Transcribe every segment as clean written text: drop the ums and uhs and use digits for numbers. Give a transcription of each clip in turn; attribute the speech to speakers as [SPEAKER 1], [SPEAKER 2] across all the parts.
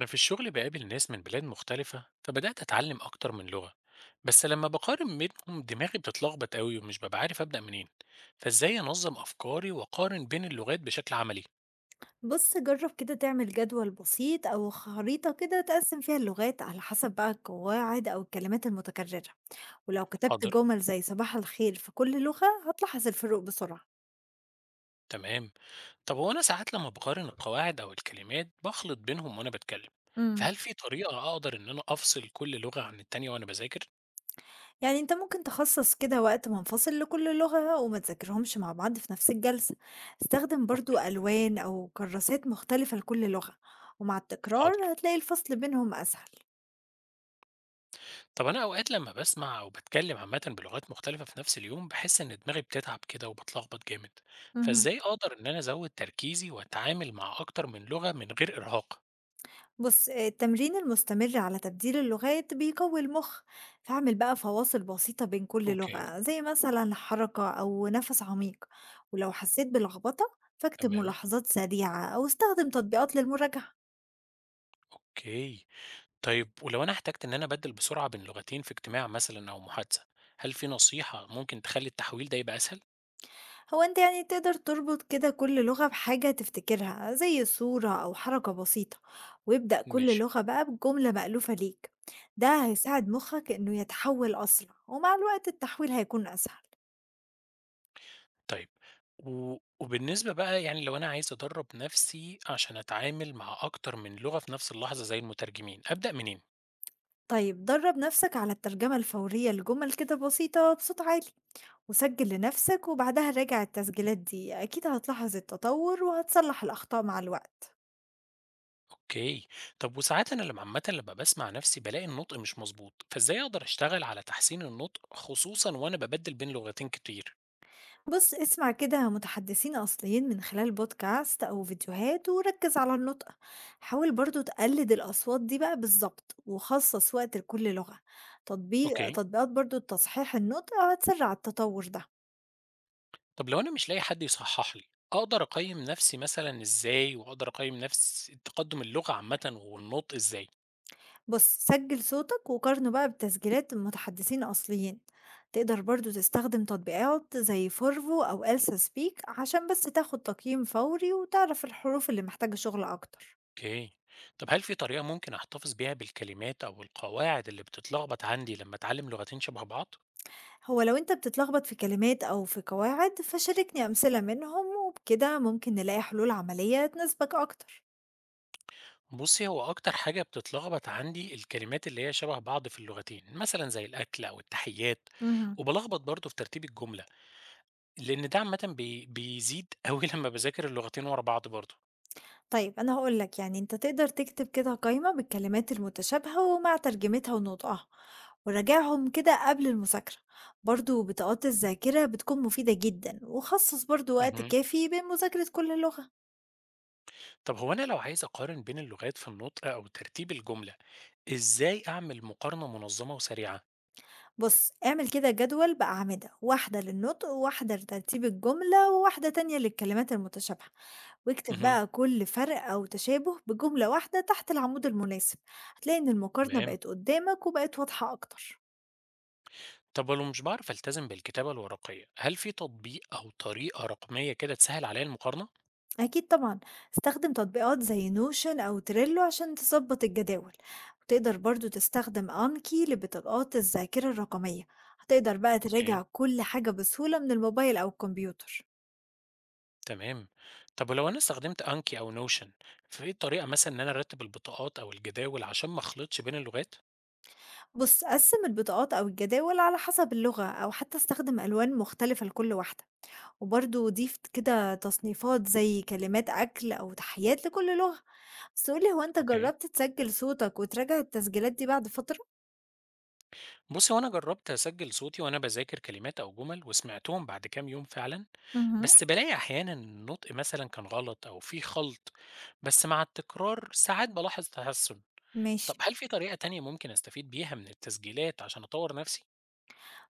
[SPEAKER 1] أنا في الشغل بقابل ناس من بلاد مختلفة، فبدأت أتعلم أكتر من لغة. بس لما بقارن بينهم دماغي بتتلخبط قوي ومش ببقى عارف أبدأ منين. فإزاي أنظم أفكاري وأقارن بين اللغات بشكل عملي؟
[SPEAKER 2] بُص جرّب كده تعمل جدول بسيط أو خريطة كده تقسّم فيها اللغات على حسب بقى القواعد أو الكلمات المتكررة، ولو كتبت
[SPEAKER 1] حاضر.
[SPEAKER 2] جمل زي صباح الخير في كل لغة هتلاحظ الفروق بسرعة.
[SPEAKER 1] تمام. طب هو أنا ساعات لما بقارن القواعد أو الكلمات بخلط بينهم وأنا بتكلم،
[SPEAKER 2] امم.
[SPEAKER 1] فهل في طريقة أقدر إن أنا أفصل كل لغة عن التانية وأنا بذاكر؟
[SPEAKER 2] يعني أنت ممكن تخصص كده وقت منفصل لكل لغة وما تذاكرهمش مع بعض في نفس الجلسة، استخدم
[SPEAKER 1] أوكي.
[SPEAKER 2] برضو ألوان أو كراسات مختلفة لكل لغة، ومع التكرار
[SPEAKER 1] حاضر.
[SPEAKER 2] هتلاقي الفصل بينهم أسهل.
[SPEAKER 1] طب أنا أوقات لما باسمع أو باتكلم عامةً بلغات مختلفة في نفس اليوم، باحس إن دماغي بتتعب كده وباتلخبط جامد،
[SPEAKER 2] اهم.
[SPEAKER 1] فإزاي أقدر إن أنا أزود تركيزي وأتعامل مع أكتر من لغة من غير إرهاق؟
[SPEAKER 2] بص التمرين المستمر على تبديل اللغات بيقوي المخ، فاعمل بقى فواصل بسيطة بين كل
[SPEAKER 1] أوكي،
[SPEAKER 2] لغة زي مثلا حركة أو نفس عميق، ولو حسيت بلخبطة فاكتب
[SPEAKER 1] تمام،
[SPEAKER 2] ملاحظات سريعة أو استخدم تطبيقات للمراجعة.
[SPEAKER 1] أوكي. طيب ولو أنا احتجت إن أنا أبدِّل بسرعة بين لغتين في اجتماع مثلًا أو محادثة، هل في نصيحة ممكن تخلّي التحويل ده يبقى أسهل؟
[SPEAKER 2] هو أنت يعني تقدر تربط كده كل لغة بحاجة تفتكرها زي صورة أو حركة بسيطة، وابدأ كل
[SPEAKER 1] ماشي.
[SPEAKER 2] لغة بقى بجملة مألوفة ليك، ده هيساعد مخك إنه يتحول أسرع، ومع الوقت التحويل هيكون أسهل.
[SPEAKER 1] طيب، و وبالنسبة بقى يعني لو أنا عايز أدرّب نفسي عشان أتعامل مع أكتر من لغة في نفس اللحظة زي المترجمين، أبدأ منين؟
[SPEAKER 2] طيب درب نفسك على الترجمة الفورية لجمل كده بسيطة بصوت عالي، وسجل لنفسك وبعدها راجع التسجيلات دي، أكيد هتلاحظ التطور وهتصلح الأخطاء مع الوقت.
[SPEAKER 1] اوكي. طب وساعات انا لما عامه لما بسمع نفسي بلاقي النطق مش مظبوط، فازاي اقدر اشتغل على تحسين النطق خصوصا وانا ببدل بين لغتين كتير؟
[SPEAKER 2] بص اسمع كده متحدثين أصليين من خلال بودكاست أو فيديوهات وركز على النطق، حاول برضو تقلد الأصوات دي بقى بالظبط وخصص وقت لكل لغة. تطبيق
[SPEAKER 1] اوكي.
[SPEAKER 2] تطبيقات برضو تصحيح النطق هتسرع التطور ده.
[SPEAKER 1] طب لو انا مش لاقي حد يصحح لي، اقدر اقيم نفسي مثلا ازاي، واقدر اقيم نفس تقدم اللغه عامه والنطق ازاي؟
[SPEAKER 2] بُص، سجّل صوتك وقارنه بقى بتسجيلات متحدثين أصليين، تقدر برضه تستخدم تطبيقات زي فورفو أو ألسا سبيك عشان بس تاخد تقييم فوري وتعرف الحروف اللي محتاجة شغل أكتر.
[SPEAKER 1] اوكي. طب هل في طريقه ممكن احتفظ بيها بالكلمات او القواعد اللي بتتلخبط عندي لما اتعلم لغتين شبه بعض؟
[SPEAKER 2] هو لو أنت بتتلخبط في كلمات أو في قواعد فشاركني أمثلة منهم، وبكده ممكن نلاقي حلول عملية تناسبك أكتر.
[SPEAKER 1] بُصّي، هو أكتر حاجة بتتلخبط عندي الكلمات اللي هي شبه بعض في اللغتين، مثلًا زي الأكل أو التحيّات،
[SPEAKER 2] مهم.
[SPEAKER 1] وبالخبط برضه في ترتيب الجملة، لإن ده عامةً بيزيد أوي لمّا باذاكر اللغتين ورا بعض برضه.
[SPEAKER 2] طيب أنا هاقول لك، يعني أنت تقدر تكتب كده قايمة بالكلمات المتشابهة ومع ترجمتها ونطقها، وراجعهم كده قبل المذاكرة، برضو بطاقات الذاكرة بتكون مفيدة جدا، وخصص برضو وقت
[SPEAKER 1] اهم.
[SPEAKER 2] كافي بين مذاكرة كل لغة.
[SPEAKER 1] طب هو أنا لو عايز أقارن بين اللغات في النطق أو ترتيب الجملة، إزاي أعمل مقارنة منظمة وسريعة؟
[SPEAKER 2] بص اعمل كده جدول بأعمدة، واحدة للنطق وواحدة لترتيب الجملة وواحدة تانية للكلمات المتشابهة، واكتب
[SPEAKER 1] اهم.
[SPEAKER 2] بقى كل فرق أو تشابه بجملة واحدة تحت العمود المناسب، هتلاقي إن المقارنة
[SPEAKER 1] تمام.
[SPEAKER 2] بقت قدامك وبقت واضحة أكتر.
[SPEAKER 1] طب ولو مش باعرف ألتزم بالكتابة الورقية، هل في تطبيق أو طريقة رقمية كده تسهّل عليّا المقارنة؟
[SPEAKER 2] أكيد طبعًا، استخدم تطبيقات زي Notion أو Trello عشان تضبط الجداول، وتقدر برضه تستخدم Anki لبطاقات الذاكرة الرقمية، هتقدر بقى
[SPEAKER 1] أوكي.
[SPEAKER 2] تراجع كل حاجة بسهولة من الموبايل أو الكمبيوتر.
[SPEAKER 1] تمام. طب ولو انا استخدمت انكي او نوشن، فايه الطريقه مثلا ان انا ارتب البطاقات او الجداول عشان ما اخلطش بين اللغات؟
[SPEAKER 2] بُص، قسم البطاقات أو الجداول على حسب اللغة أو حتى استخدم ألوان مختلفة لكل واحدة، وبرضه ضيف كده تصنيفات زي كلمات أكل أو تحيات لكل لغة. بس قُل لي، هو أنت
[SPEAKER 1] اوكي.
[SPEAKER 2] جربت تسجل صوتك وتراجع التسجيلات دي بعد فترة؟
[SPEAKER 1] بصي، وانا جربت اسجل صوتي وانا بذاكر كلمات او جمل وسمعتهم بعد كام يوم فعلا،
[SPEAKER 2] اهم.
[SPEAKER 1] بس بلاقي احيانا إن النطق مثلا كان غلط او في خلط، بس مع التكرار ساعات بلاحظ تحسن.
[SPEAKER 2] ماشي.
[SPEAKER 1] طب هل في طريقه تانية ممكن استفيد بيها من التسجيلات عشان اطور نفسي؟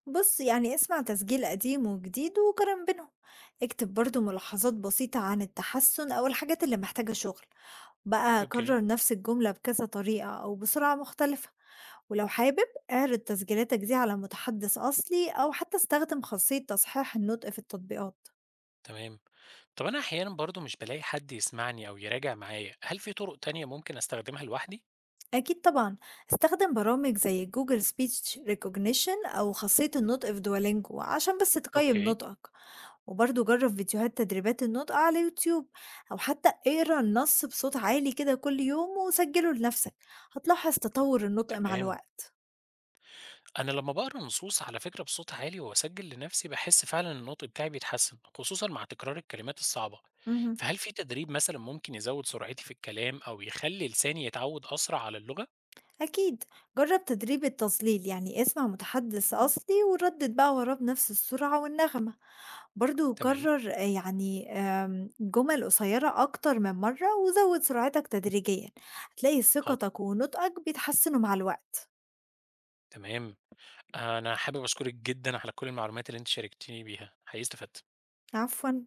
[SPEAKER 2] بص يعني اسمع تسجيل قديم وجديد وقارن بينهم، اكتب برضو ملاحظات بسيطة عن التحسن أو الحاجات اللي محتاجة شغل، بقى
[SPEAKER 1] اوكي.
[SPEAKER 2] كرر نفس الجملة بكذا طريقة أو بسرعة مختلفة. ولو حابب، اعرض تسجيلاتك دي على متحدث أصلي أو حتى استخدم خاصية تصحيح النطق في التطبيقات.
[SPEAKER 1] تمام. طب انا احيانا برضو مش بلاقي حد يسمعني او يراجع معايا، هل في طرق تانية ممكن استخدمها لوحدي؟
[SPEAKER 2] أكيد طبعا، استخدم برامج زي جوجل سبيتش ريكوجنيشن أو خاصية النطق في دولينجو عشان بس تقيم
[SPEAKER 1] أوكي،
[SPEAKER 2] نطقك، وبرضه جرّب فيديوهات تدريبات النطق على يوتيوب، أو حتى اقرا النص بصوت عالي كده كل يوم وسجّله لنفسك، هتلاحظ تطوّر النطق مع
[SPEAKER 1] تمام.
[SPEAKER 2] الوقت.
[SPEAKER 1] أنا لمّا باقرا نصوص على فكرة بصوت عالي وأسجّل لنفسي باحس فعلًا إن النطق بتاعي بيتحسن، خصوصًا مع تكرار الكلمات الصعبة.
[SPEAKER 2] اهم.
[SPEAKER 1] فهل في تدريب مثلًا ممكن يزوّد سرعتي في الكلام أو يخلّي لساني يتعوّد أسرع على اللغة؟
[SPEAKER 2] أكيد، جرّب تدريب التظليل، يعني اسمع متحدث أصلي وردد بقى وراه بنفس السرعة والنغمة. برضه
[SPEAKER 1] تمام،
[SPEAKER 2] كرّر يعني جُمل قصيّرة أكتر من مرّة وزوّد سرعتك تدريجيًا، هتلاقي
[SPEAKER 1] حاضر،
[SPEAKER 2] ثقتك ونطقك بيتحسّنوا مع الوقت.
[SPEAKER 1] تمام. أنا حابب أشكرِك جدًا على كل المعلومات اللي أنتِ شاركتيني بيها، حقيقي استفدت.
[SPEAKER 2] عفوًا.